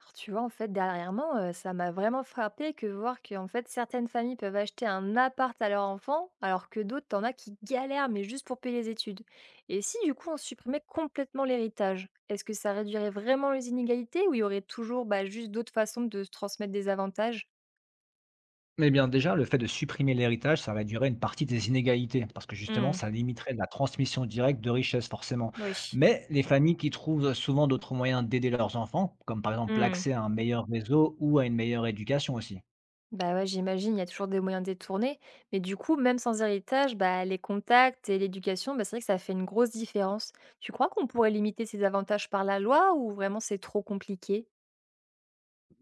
Alors, tu vois, en fait, dernièrement, ça m'a vraiment frappé que voir que en fait, certaines familles peuvent acheter un appart à leur enfant, alors que d'autres, t'en as qui galèrent, mais juste pour payer les études. Et si, du coup, on supprimait complètement l'héritage, est-ce que ça réduirait vraiment les inégalités ou il y aurait toujours, bah, juste d'autres façons de se transmettre des avantages? Eh bien, déjà, le fait de supprimer l'héritage, ça réduirait une partie des inégalités, parce que justement, Mmh. ça limiterait la transmission directe de richesses, forcément. Oui. Mais les familles qui trouvent souvent d'autres moyens d'aider leurs enfants, comme par exemple Mmh. l'accès à un meilleur réseau ou à une meilleure éducation aussi. Bah ouais, j'imagine, il y a toujours des moyens détournés. Mais du coup, même sans héritage, bah, les contacts et l'éducation, bah, c'est vrai que ça fait une grosse différence. Tu crois qu'on pourrait limiter ces avantages par la loi ou vraiment c'est trop compliqué?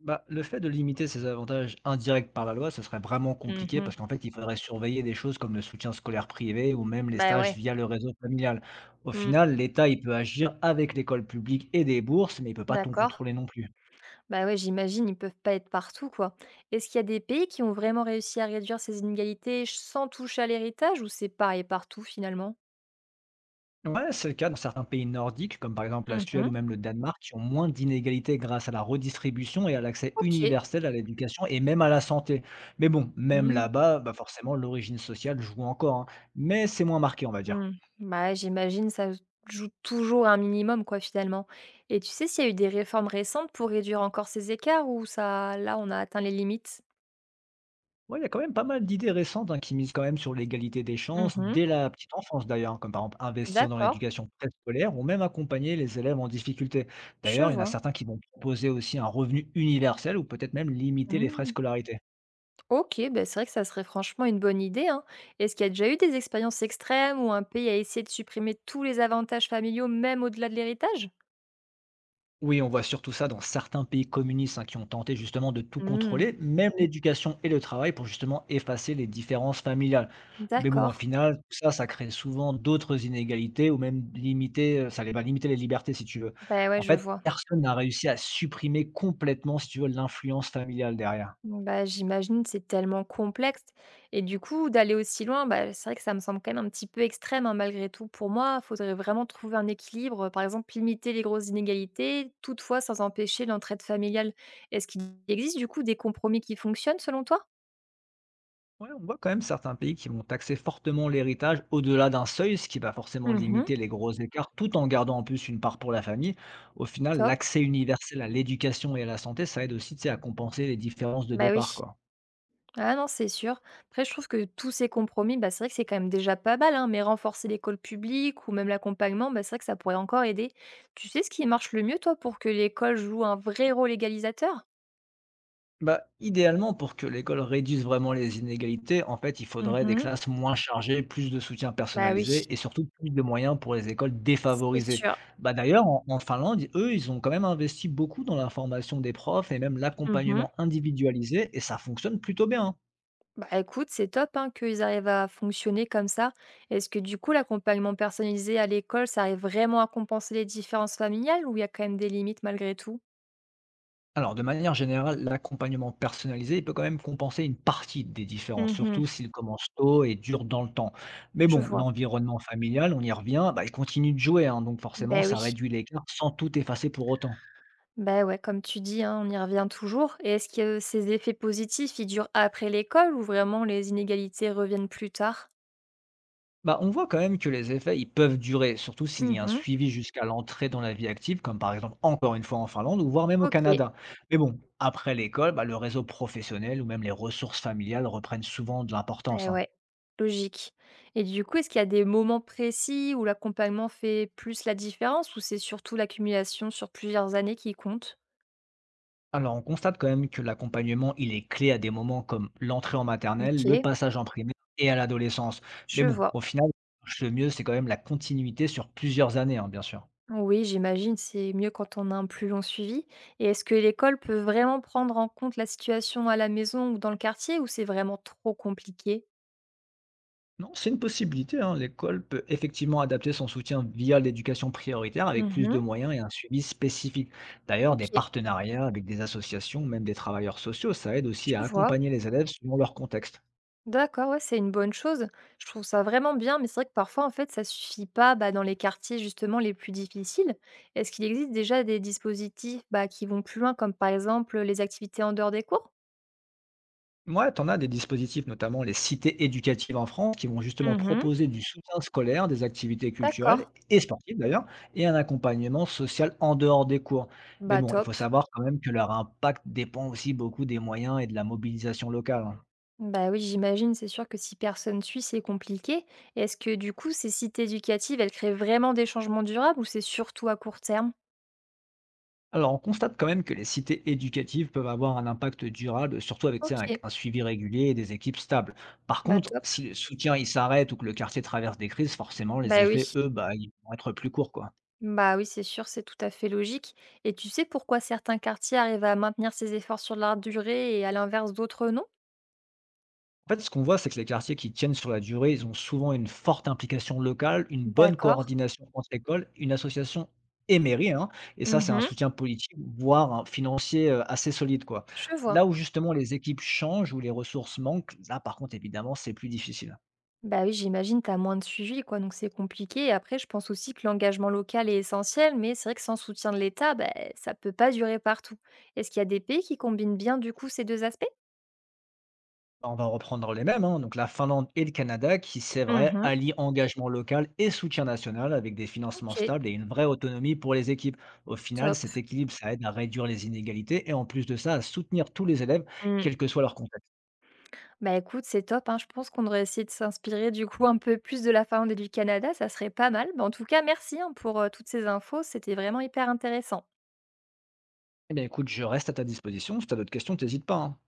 Bah, le fait de limiter ces avantages indirects par la loi, ce serait vraiment compliqué Mhm. parce qu'en fait, il faudrait surveiller des choses comme le soutien scolaire privé ou même les Bah stages ouais. via le réseau familial. Au Mm. final, l'État, il peut agir avec l'école publique et des bourses, mais il peut pas tout D'accord. contrôler non plus. Bah ouais, j'imagine, ils peuvent pas être partout, quoi. Est-ce qu'il y a des pays qui ont vraiment réussi à réduire ces inégalités sans toucher à l'héritage ou c'est pareil partout finalement? Ouais, c'est le cas dans certains pays nordiques, comme par exemple la Suède Mhm. ou même le Danemark, qui ont moins d'inégalités grâce à la redistribution et à l'accès Ok. universel à l'éducation et même à la santé. Mais bon, même Hmm. là-bas, bah forcément, l'origine sociale joue encore, hein. Mais c'est moins marqué, on va dire. Mmh. Bah, ouais, j'imagine ça se joue toujours un minimum quoi, finalement. Et tu sais s'il y a eu des réformes récentes pour réduire encore ces écarts ou ça là, on a atteint les limites? Ouais, il y a quand même pas mal d'idées récentes hein, qui misent quand même sur l'égalité des chances Mmh. dès la petite enfance d'ailleurs, hein, comme par exemple investir dans D'accord, l'éducation préscolaire ou même accompagner les élèves en difficulté. je D'ailleurs, il y en a vois. certains qui vont proposer aussi un revenu universel ou peut-être même limiter les frais de Mmh. scolarité. OK, bah, c'est vrai que ça serait franchement une bonne idée, hein. Est-ce qu'il y a déjà eu des expériences extrêmes où un pays a essayé de supprimer tous les avantages familiaux, même au-delà de l'héritage? Oui, on voit surtout ça dans certains pays communistes hein, qui ont tenté justement de tout Mmh. contrôler, même l'éducation et le travail, pour justement effacer les différences familiales. Mais bon, au D'accord. final, tout ça, ça crée souvent d'autres inégalités ou même limiter, ça les va limiter les libertés si tu veux. Bah, ouais, En je fait, vois. personne n'a réussi à supprimer complètement, si tu veux, l'influence familiale derrière. Mmh, bah, j'imagine, c'est tellement complexe et du coup, d'aller aussi loin, bah, c'est vrai que ça me semble quand même un petit peu extrême, hein, malgré tout. Pour moi, il faudrait vraiment trouver un équilibre, par exemple, limiter les grosses inégalités, toutefois sans empêcher l'entraide familiale. Est-ce qu'il existe du coup des compromis qui fonctionnent selon toi? Ouais, on voit quand même certains pays qui vont taxer fortement l'héritage au-delà d'un seuil, ce qui va forcément Mmh. limiter les gros écarts, tout en gardant en plus une part pour la famille. Au final, Top, l'accès universel à l'éducation et à la santé, ça aide aussi, tu sais, à compenser les différences de bah, oui. départ, quoi. Ah non, c'est sûr. Après, je trouve que tous ces compromis, bah, c'est vrai que c'est quand même déjà pas mal, hein, mais renforcer l'école publique ou même l'accompagnement, bah, c'est vrai que ça pourrait encore aider. Tu sais ce qui marche le mieux, toi, pour que l'école joue un vrai rôle égalisateur? Bah, idéalement, pour que l'école réduise vraiment les inégalités, en fait, il faudrait des Mhm. classes moins chargées, plus de soutien Bah oui, personnalisé et surtout plus de moyens pour les écoles c'est défavorisées. sûr. Bah, d'ailleurs, en Finlande, eux, ils ont quand même investi beaucoup dans la formation des profs et même Mhm. l'accompagnement individualisé et ça fonctionne plutôt bien. Bah écoute, c'est top hein, qu'ils arrivent à fonctionner comme ça. Est-ce que du coup, l'accompagnement personnalisé à l'école, ça arrive vraiment à compenser les différences familiales ou il y a quand même des limites malgré tout? Alors, de manière générale, l'accompagnement personnalisé, il peut quand même compenser une partie des différences, surtout Mhm. s'il commence tôt et dure dans le temps. Mais Je bon, vois. l'environnement familial, on y revient, bah, il continue de jouer, hein, donc forcément, Bah ça oui. réduit l'écart sans tout effacer pour autant. Bah, ouais, comme tu dis, hein, on y revient toujours. Et est-ce que ces effets positifs, ils durent après l'école ou vraiment les inégalités reviennent plus tard? Bah, on voit quand même que les effets, ils peuvent durer, surtout s'il y a un Mmh. suivi jusqu'à l'entrée dans la vie active, comme par exemple encore une fois en Finlande ou voire même au OK, Canada. Mais bon, après l'école, bah, le réseau professionnel ou même les ressources familiales reprennent souvent de l'importance, eh hein. ouais, logique. Et du coup, est-ce qu'il y a des moments précis où l'accompagnement fait plus la différence ou c'est surtout l'accumulation sur plusieurs années qui compte? Alors, on constate quand même que l'accompagnement, il est clé à des moments comme l'entrée en maternelle, le OK, passage en primaire et à l'adolescence. Mais je bon, vois. au final, ce qui marche le mieux, c'est quand même la continuité sur plusieurs années, hein, bien sûr. Oui, j'imagine, c'est mieux quand on a un plus long suivi. Et est-ce que l'école peut vraiment prendre en compte la situation à la maison ou dans le quartier ou c'est vraiment trop compliqué? Non, c'est une possibilité, hein. L'école peut effectivement adapter son soutien via l'éducation prioritaire avec plus de Mmh. moyens et un suivi spécifique. D'ailleurs, des OK. partenariats avec des associations, même des travailleurs sociaux, ça aide aussi Je à vois. accompagner les élèves selon leur contexte. D'accord, ouais, c'est une bonne chose. Je trouve ça vraiment bien, mais c'est vrai que parfois, en fait, ça suffit pas bah, dans les quartiers justement les plus difficiles. Est-ce qu'il existe déjà des dispositifs bah, qui vont plus loin, comme par exemple les activités en dehors des cours? Ouais, t'en as des dispositifs, notamment les cités éducatives en France, qui vont justement Mhm. proposer du soutien scolaire, des activités D'accord. culturelles et sportives d'ailleurs, et un accompagnement social en dehors des cours. Mais Bah bon, il top. faut savoir quand même que leur impact dépend aussi beaucoup des moyens et de la mobilisation locale, hein. Bah oui, j'imagine, c'est sûr que si personne suit, c'est compliqué. Est-ce que du coup, ces cités éducatives, elles créent vraiment des changements durables ou c'est surtout à court terme? Alors, on constate quand même que les cités éducatives peuvent avoir un impact durable, surtout avec, tu sais, Ok, un suivi régulier et des équipes stables. Par bah contre, top. si le soutien il s'arrête ou que le quartier traverse des crises, forcément les Bah oui. effets, eux, bah, ils vont être plus courts, quoi. Bah oui, c'est sûr, c'est tout à fait logique. Et tu sais pourquoi certains quartiers arrivent à maintenir ces efforts sur la durée et à l'inverse d'autres non? En fait, ce qu'on voit, c'est que les quartiers qui tiennent sur la durée, ils ont souvent une forte implication locale, une bonne D'accord. coordination entre écoles, une association et mairie, hein, et ça, c'est un Mhm. soutien politique, voire un financier assez solide, quoi. Je Là vois. où justement les équipes changent, où les ressources manquent, là, par contre, évidemment, c'est plus difficile. Bah oui, j'imagine, t'as moins de suivi, quoi, donc c'est compliqué. Et après, je pense aussi que l'engagement local est essentiel, mais c'est vrai que sans soutien de l'État, bah, ça peut pas durer partout. Est-ce qu'il y a des pays qui combinent bien, du coup, ces deux aspects? On va reprendre les mêmes, hein. Donc la Finlande et le Canada qui, c'est vrai, Mhm. allient engagement local et soutien national avec des Ok, financements stables et une vraie autonomie pour les équipes. Au final, top. cet équilibre, ça aide à réduire les inégalités et en plus de ça, à soutenir tous les élèves, quel que soit leur contexte. Bah, écoute, c'est top, hein. Je pense qu'on devrait essayer de s'inspirer du coup un peu plus de la Finlande et du Canada, ça serait pas mal. Bah, en tout cas, merci, hein, pour, toutes ces infos, c'était vraiment hyper intéressant. Eh bien écoute, je reste à ta disposition. Si tu as d'autres questions, n'hésite pas, hein.